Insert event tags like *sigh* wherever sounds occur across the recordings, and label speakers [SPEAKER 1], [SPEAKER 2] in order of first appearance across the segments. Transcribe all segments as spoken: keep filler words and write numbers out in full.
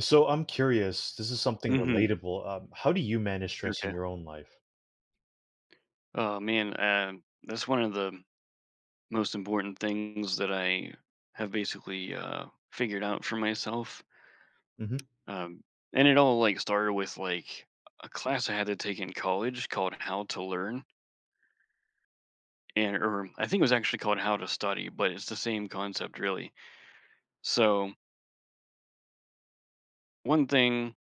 [SPEAKER 1] So I'm curious. This is something
[SPEAKER 2] Mhm.
[SPEAKER 1] relatable. Um, how do you manage stress in
[SPEAKER 2] Okay.
[SPEAKER 1] your own life?
[SPEAKER 2] Oh man, um, that's one of the most important things that I have basically uh, figured out for myself.
[SPEAKER 1] Hmm.
[SPEAKER 2] Um, and it all like started with like a class I had to take in college called How to Learn, and or I think it was actually called How to Study, but it's the same concept really. So one thing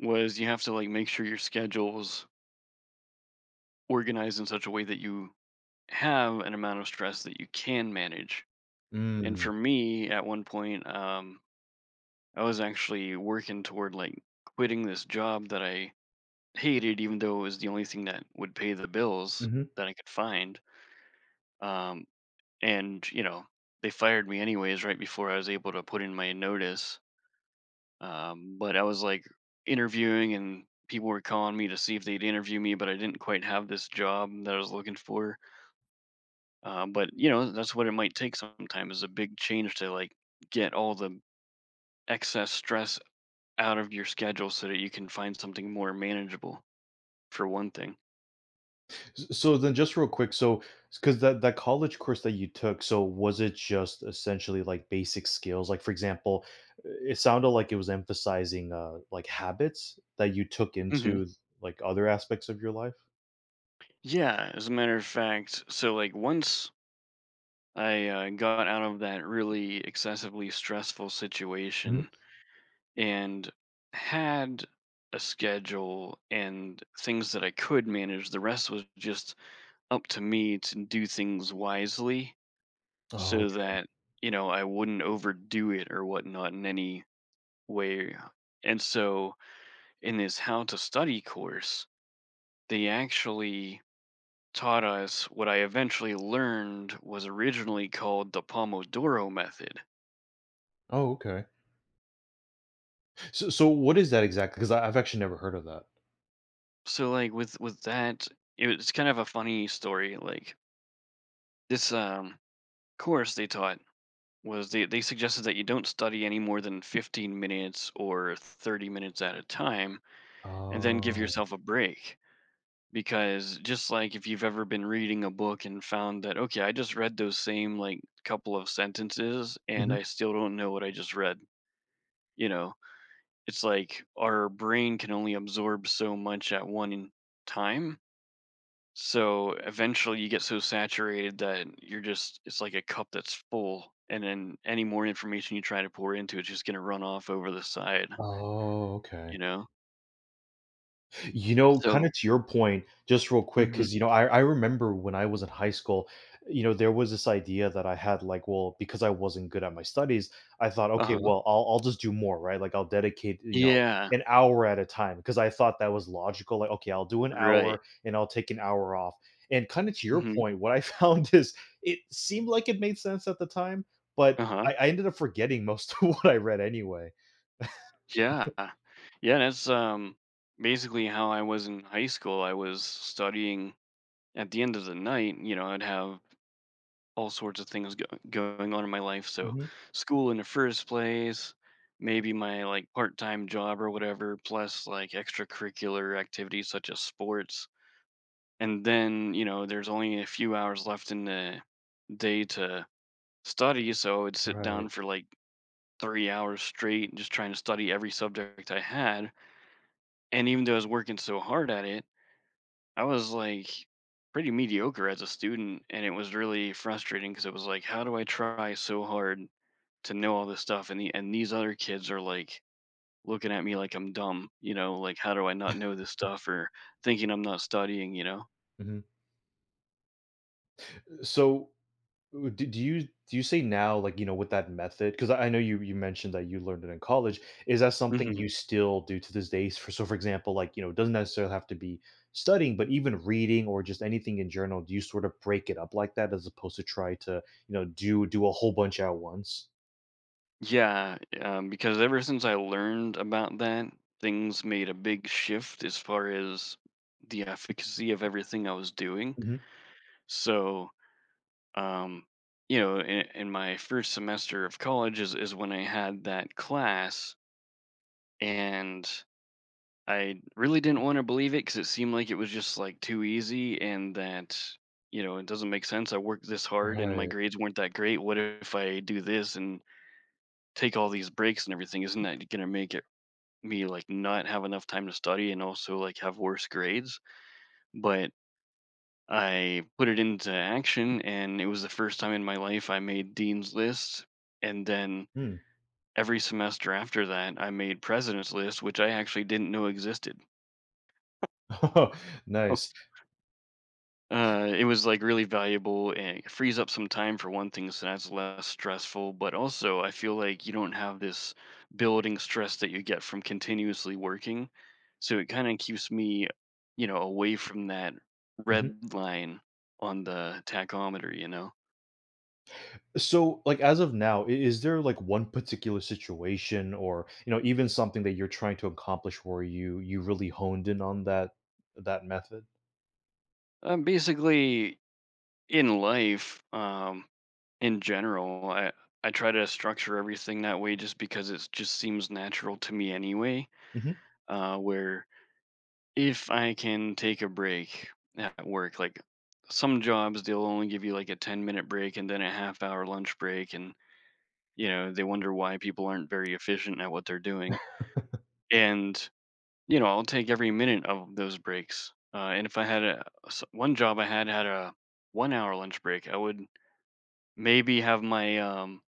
[SPEAKER 2] was you have to like make sure your schedule's organized in such a way that you have an amount of stress that you can manage. And
[SPEAKER 1] Mm.
[SPEAKER 2] for me, at one point, um, I was actually working toward like quitting this job that I hated, even though it was the only thing that would pay the bills
[SPEAKER 1] Hmm.
[SPEAKER 2] that I could find. Um, and you know, they fired me anyways right before I was able to put in my notice. Um, but I was like interviewing, and people were calling me to see if they'd interview me, but I didn't quite have this job that I was looking for. Uh, but you know, that's what it might take sometimes is a big change to like get all the excess stress out of your schedule so that you can find something more manageable for one thing.
[SPEAKER 1] So then, just real quick. So, because that that college course that you took, so was it just essentially like basic skills? Like, for example, uh, it sounded like it was emphasizing uh, like habits that you took
[SPEAKER 2] Hmm.
[SPEAKER 1] into like other aspects of your life.
[SPEAKER 2] Yeah, as a matter of fact, so like once I uh, got out of that really excessively stressful
[SPEAKER 1] Mhm.
[SPEAKER 2] situation and had a schedule and things that I could manage, the rest was just up to me to do things wisely
[SPEAKER 1] Oh,
[SPEAKER 2] so
[SPEAKER 1] okay.
[SPEAKER 2] that, you know, I wouldn't overdo it or whatnot in any way. And so in this how to study course, they actually taught us what I eventually learned was originally called the Pomodoro method.
[SPEAKER 1] Oh, okay. So, so what is that exactly? Because I've actually never heard of that.
[SPEAKER 2] So like with with that, it was kind of a funny story. Like, this um course they taught was, they, they suggested that you don't study any more than fifteen minutes or thirty minutes at a time and then give
[SPEAKER 1] Oh.
[SPEAKER 2] yourself a break. Because just like if you've ever been reading a book and found that, okay, I just read those same like couple of sentences and
[SPEAKER 1] Mhm.
[SPEAKER 2] I still don't know what I just read. you know it's like our brain can only absorb so much at one time. So eventually you get so saturated that you're just, it's like a cup that's full. And then any more information you try to pour into it's just going to run off over the side,
[SPEAKER 1] Oh,
[SPEAKER 2] you
[SPEAKER 1] okay.
[SPEAKER 2] know?
[SPEAKER 1] You know,
[SPEAKER 2] So,
[SPEAKER 1] kinda to your point, just real quick,
[SPEAKER 2] hmm.
[SPEAKER 1] because you know, I I remember when I was in high school, you know, there was this idea that I had, like, well, because I wasn't good at my studies, I thought,
[SPEAKER 2] Uh
[SPEAKER 1] "Okay,
[SPEAKER 2] huh.
[SPEAKER 1] well, I'll I'll just do more," right? Like, I'll dedicate, you know,
[SPEAKER 2] Yeah.
[SPEAKER 1] an hour at a time, because I thought that was logical, like, "Okay, I'll do an
[SPEAKER 2] Right.
[SPEAKER 1] hour, and I'll take an hour off." And kinda to your
[SPEAKER 2] Hmm.
[SPEAKER 1] point, what I *laughs* found is it seemed like it made sense at the time, but
[SPEAKER 2] Uh huh.
[SPEAKER 1] I I ended up forgetting most *laughs* of what I read anyway.
[SPEAKER 2] Yeah. Yeah. That's um, basically how I was in high school. I was studying at the end of the night. you know, I'd have all sorts of things go- going on in my life. So,
[SPEAKER 1] Mhm.
[SPEAKER 2] school in the first place, maybe my like part time job or whatever, plus like extracurricular activities such as sports. And then, you know, there's only a few hours left in the day to study. So, I would sit down
[SPEAKER 1] Right.
[SPEAKER 2] for like three hours straight just trying to study every subject I had. And even though I was working so hard at it, I was like pretty mediocre as a student, and it was really frustrating because it was like, how do I try so hard to know all this stuff and the and these other kids are like looking at me like I'm dumb, you know, like how do I not know this stuff or thinking I'm not studying, you know?
[SPEAKER 1] Mhm. So, uh, do do you do you say now, like, you know, with that method? Because I I know you you mentioned that you learned it in college. Is that something
[SPEAKER 2] Hmm.
[SPEAKER 1] you still do to this day? For so, for example, like, you know, it doesn't necessarily have to be studying, but even reading or just anything in general, do you sort of break it up like that as opposed to try to, you know, do do a whole bunch at once?
[SPEAKER 2] Yeah, um, because ever since I learned about that, things made a big shift as far as the efficacy of everything I was doing.
[SPEAKER 1] Mhm.
[SPEAKER 2] So, um, you know, in, in my first semester of college is, is when I had that class, and I really didn't want to believe it because it seemed like it was just like too easy, and that, you know, it doesn't make sense. I worked this hard and my
[SPEAKER 1] Right.
[SPEAKER 2] grades weren't that great. What if I do this and take all these breaks and everything? Isn't that going to make it me like not have enough time to study and also like have worse grades? But I put it into action and it was the first time in my life I made Dean's List. And then
[SPEAKER 1] Hmm.
[SPEAKER 2] every semester after that, I made President's List, which I actually didn't know existed.
[SPEAKER 1] *laughs* Nice.
[SPEAKER 2] *laughs* Uh, it was like really valuable and it frees up some time for one thing, so that's less stressful. But also, I feel like you don't have this building stress that you get from continuously working. So it kind of keeps me, you know, away from that
[SPEAKER 1] Mhm.
[SPEAKER 2] red line on the tachometer, you know?
[SPEAKER 1] So, like, as of now, i- is there like one particular situation or, you know, even something that you're trying to accomplish where you you really honed in on that that method?
[SPEAKER 2] Um, basically, in life, um, in general, I, I try to structure everything that way just because it just seems natural to me anyway.
[SPEAKER 1] Hmm.
[SPEAKER 2] Uh, where if I can take a break at work, like some jobs, they'll only give you like a ten minute break and then a half hour lunch break. And, you know, they wonder why people aren't very efficient at what they're doing. And, you know, I'll take every minute of those breaks. Uh, and if I had a s- one job I had had a one hour lunch break, I would maybe have my um,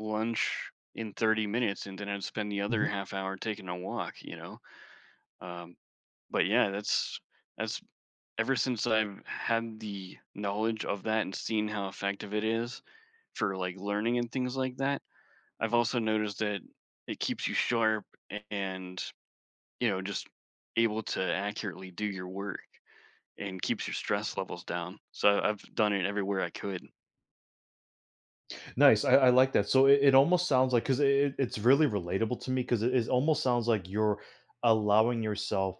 [SPEAKER 2] lunch in thirty minutes and then I'd spend the other
[SPEAKER 1] Hmm.
[SPEAKER 2] half hour taking a walk, you know? Um, but yeah, that's that's ever since I've had the knowledge of that and seen how effective it is for like learning and things like that, I've also noticed that it keeps you sharp and, you know, just able to accurately do your work and keeps your stress levels down. So I've done it everywhere I could.
[SPEAKER 1] Nice. I, I like that. So it, it almost sounds like because it, it's really relatable to me because it, it almost sounds like you're allowing yourself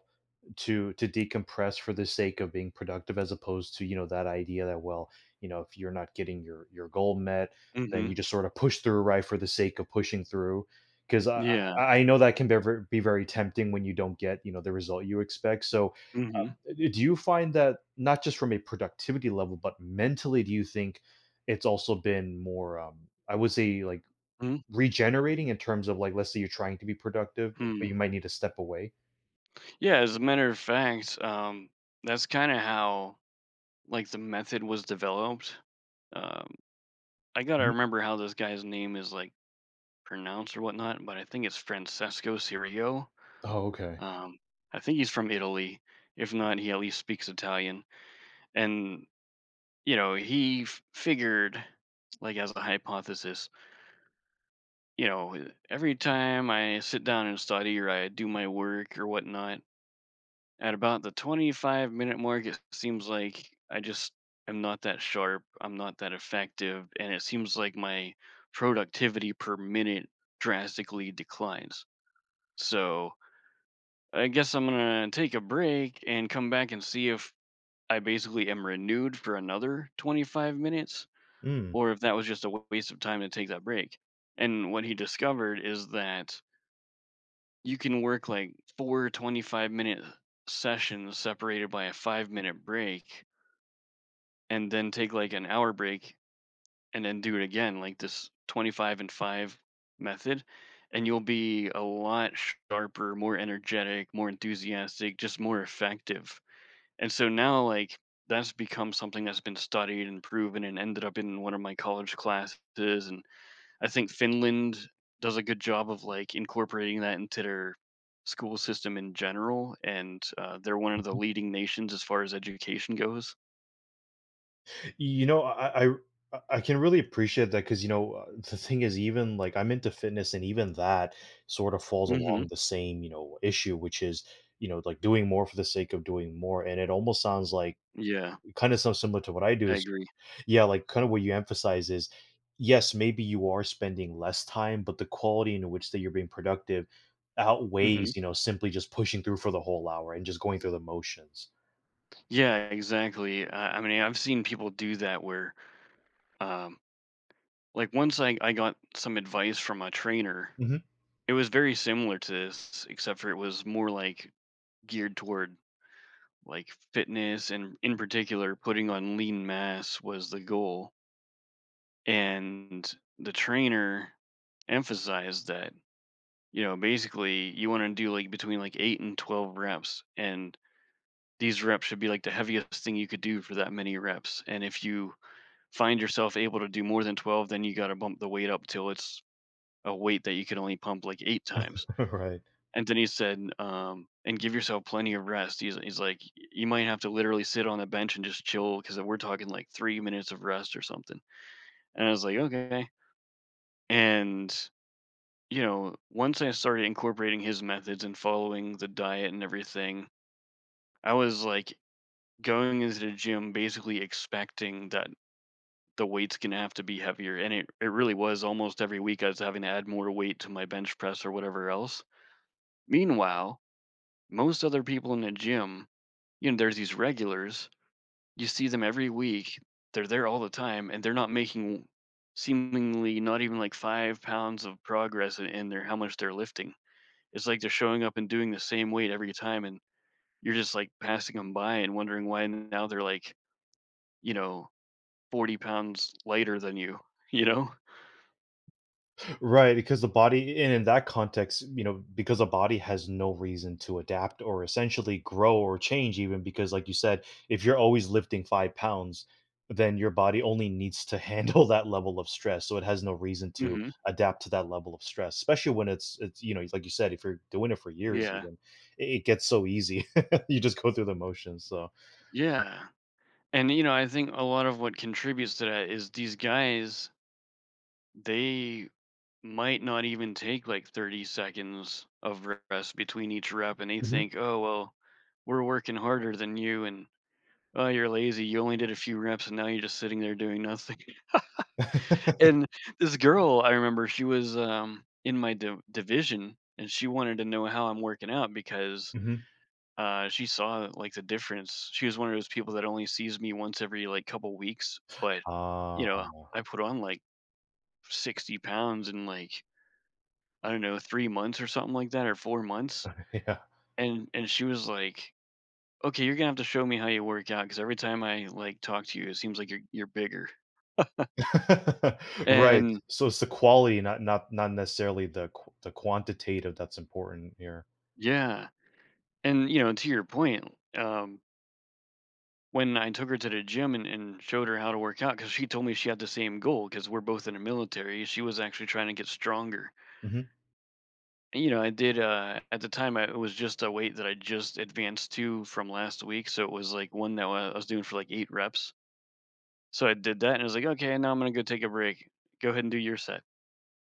[SPEAKER 1] to to decompress for the sake of being productive as opposed to, you know, that idea that, well, you know, if you're not getting your your goal met, then you
[SPEAKER 2] Hmm.
[SPEAKER 1] just sort of push through, right, for the sake of pushing through because I,
[SPEAKER 2] Yeah.
[SPEAKER 1] I I know that can be ver- be very tempting when you don't get, you know, the result you expect. So uh,
[SPEAKER 2] Hmm.
[SPEAKER 1] do you find that not just from a productivity level, but mentally, do you think it's also been more um I would say like regenerating in terms of, like, let's say you're trying to be productive but you
[SPEAKER 2] Hmm.
[SPEAKER 1] might need to step away.
[SPEAKER 2] Yeah. As a matter of fact, um, that's kind of how like the method was developed. Um, I gotta
[SPEAKER 1] Mhm.
[SPEAKER 2] remember how this guy's name is like pronounce or whatnot, but I think it's Francesco Cirio.
[SPEAKER 1] Oh, okay.
[SPEAKER 2] Um, I think he's from Italy. If not, he at least speaks Italian. And, you know, he f- figured, like, as a hypothesis, you know, "E, every time I sit down and study or I do my work or whatnot, at about the twenty-five minute mark, it seems like I just am not that sharp. I'm not that effective. And it seems like my productivity per minute drastically declines. So, I guess I'm gonna take a break and come back and see if I basically am renewed for another twenty-five minutes or if that was just a wa- waste of time to take that break. And what he discovered is that you can work like four twenty-five minute sessions separated by a five minute break and then take like an hour break and then do it again, like this twenty-five and five method. And you'll be a lot sharper, more energetic, more enthusiastic, just more effective." And so now, like, that's become something that's been studied and proven and ended up in one of my college classes. And I think Finland does a good job of like incorporating that into their school system in general. And uh, they're one of the leading nations as far as education goes.
[SPEAKER 1] You know, I I I can really appreciate that because, you know, uh, the thing is, even like I'm into fitness, and even that sort of falls
[SPEAKER 2] Hmm.
[SPEAKER 1] along the same, you know, issue, which is, you know, like doing more for the sake of doing more, and it almost sounds like
[SPEAKER 2] Yeah,
[SPEAKER 1] kind of sounds similar to what I do.
[SPEAKER 2] I
[SPEAKER 1] Is
[SPEAKER 2] agree.
[SPEAKER 1] yeah, like kind of what you emphasize is yes, maybe you are spending less time, but the quality in which that you're being productive
[SPEAKER 2] Hmm.
[SPEAKER 1] outweighs, you know, simply just pushing through for the whole hour and just going through the motions.
[SPEAKER 2] Yeah, exactly. Uh, I mean, I've seen people do that where, um, like, once I, I got some advice from a trainer.
[SPEAKER 1] Mhm.
[SPEAKER 2] It was very similar to this, except for it was more like geared toward like fitness, and in particular putting on lean mass was the goal. And the trainer emphasized that you know basically you want to do like between like eight and twelve reps, and these reps should be like the heaviest thing you could do for that many reps. And if you find yourself able to do more than twelve, then you got to bump the weight up till it's a weight that you can only pump like eight times.
[SPEAKER 1] *laughs* Right.
[SPEAKER 2] And then he said, um, "And give yourself plenty of rest." He's he's like, "You might have to literally sit on a bench and just chill because we're talking like three minutes of rest or something." And I was like, "Okay." And you know, once I started incorporating his methods and following the diet and everything, I was like going into the gym basically expecting that the weight's gonna have to be heavier, and it it really was. Almost every week, I was having to add more weight to my bench press or whatever else. Meanwhile, most other people in the gym, you know, there's these regulars. You see them every week. They're there all the time, and they're not making seemingly not even like five pounds of progress in, in their how much they're lifting. It's like they're showing up and doing the same weight every time, and you're just like passing them by and wondering why now they're like, you know, forty pounds lighter than you, *laughs* you know?
[SPEAKER 1] Right, because the body, and in that context, you know, because the body has no reason to adapt or essentially grow or change, even because, like you said, if you're always lifting five pounds, then your body only needs to handle *laughs* that level of stress. So it has no reason to
[SPEAKER 2] Hmm.
[SPEAKER 1] adapt to that level of stress, especially when it's, it's you know, like you said, if you're doing it for years,
[SPEAKER 2] Yeah.
[SPEAKER 1] even it, it gets so easy. *laughs* You just go through the motions. So,
[SPEAKER 2] Yeah. And, you know, I think a lot of what contributes to that is these guys, they might not even take like thirty seconds of rest between each rep, and they
[SPEAKER 1] hmm.
[SPEAKER 2] think, "Oh well, we're working harder than you," and, "Oh, you're lazy, you only did a few reps and now you're just sitting there doing nothing." *laughs* And this girl, I remember, she was um, in my div division and she wanted to know how I'm working out because
[SPEAKER 1] Hmm.
[SPEAKER 2] uh, she saw like the difference. She was one of those people that only sees me once every like couple weeks, but you know,
[SPEAKER 1] Ah,
[SPEAKER 2] I put on like sixty pounds in like, I don't know, three months or something like that, or four months,
[SPEAKER 1] *laughs* yeah.
[SPEAKER 2] and and she was like, "Okay, you're gonna have to show me how you work out, because every time I, like, talk to you, it seems like you're you're bigger."
[SPEAKER 1] *laughs* Right.
[SPEAKER 2] And
[SPEAKER 1] So it's the quality, not not not necessarily the qu the quantitative that's important here.
[SPEAKER 2] yeah, and, you know, to your point, um, when I took her to the gym and and showed her how to work out, because she told me she had the same goal, because 'cause we're both in the military, she was actually trying to get stronger.
[SPEAKER 1] Mhm.
[SPEAKER 2] And, you know, I did, uh at the time, I it was just a weight that I just advanced to from last week, so it was, like, one that I was doing for, like, eight reps. So I did that and I was like, "Okay, now I'm gonna go take a break. Go ahead and do your set."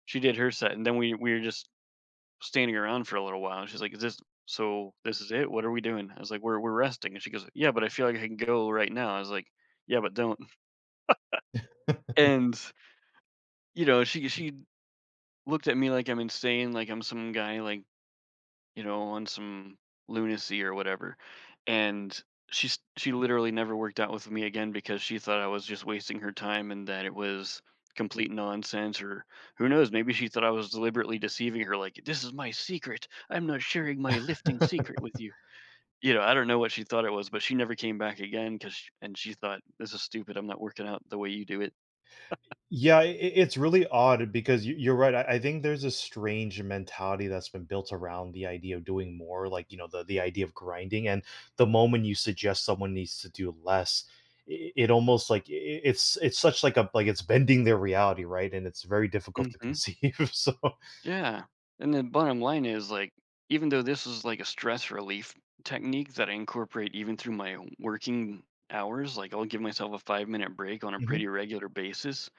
[SPEAKER 2] She did her set, and then we we were just standing around for a little while, and she's like, "Is this so this is it? What are we doing?" I was like, "We're we're resting." And she goes, "Yeah, but I feel like I can go right now." I was like, "Yeah, but don't." *laughs* And, you know, she she looked at me like I'm insane, like I'm some guy, like, you know, on some lunacy or whatever. And she's she literally never worked out with me again because she thought I was just wasting her time and that it was complete nonsense, or who knows, maybe she thought I was deliberately deceiving her, like, this is my secret, I'm not sharing my lifting secret with you. You know, I don't know what she thought it was, but she never came back again, cuz, and she thought, "This is stupid. I'm not working out the way you do it."
[SPEAKER 1] Yeah, i i- it's really odd because you you're right. I I think there's a strange mentality that's been built around the idea of doing more, like, you know, the the idea of grinding, and the moment you suggest someone needs to do less, I it almost like I I it's it's such like a like, it's bending their reality, right? And it's very difficult to
[SPEAKER 2] Mhm.
[SPEAKER 1] conceive, *laughs* so.
[SPEAKER 2] Yeah. And the bottom line is, like, even though this is like a stress relief technique that I incorporate even through my working hours, like, I'll give myself a five minute break on a
[SPEAKER 1] Mhm.
[SPEAKER 2] pretty regular basis.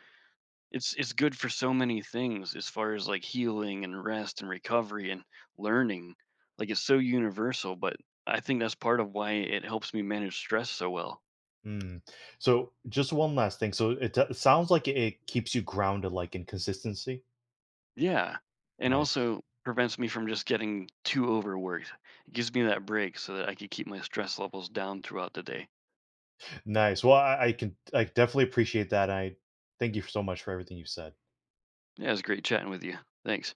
[SPEAKER 2] It's it's good for so many things as far as like healing and rest and recovery and learning. Like, it's so universal, but I think that's part of why it helps me manage stress so well.
[SPEAKER 1] Mm. So just one last thing. So it, it sounds like it keeps you grounded, like in consistency.
[SPEAKER 2] Yeah. And
[SPEAKER 1] Nice.
[SPEAKER 2] also prevents me from just getting too overworked. It gives me that break so that I can keep my stress levels down throughout the day.
[SPEAKER 1] Nice. Well, I, I can I definitely appreciate that. I thank you so much for everything you said.
[SPEAKER 2] Yeah, it was great chatting with you. Thanks.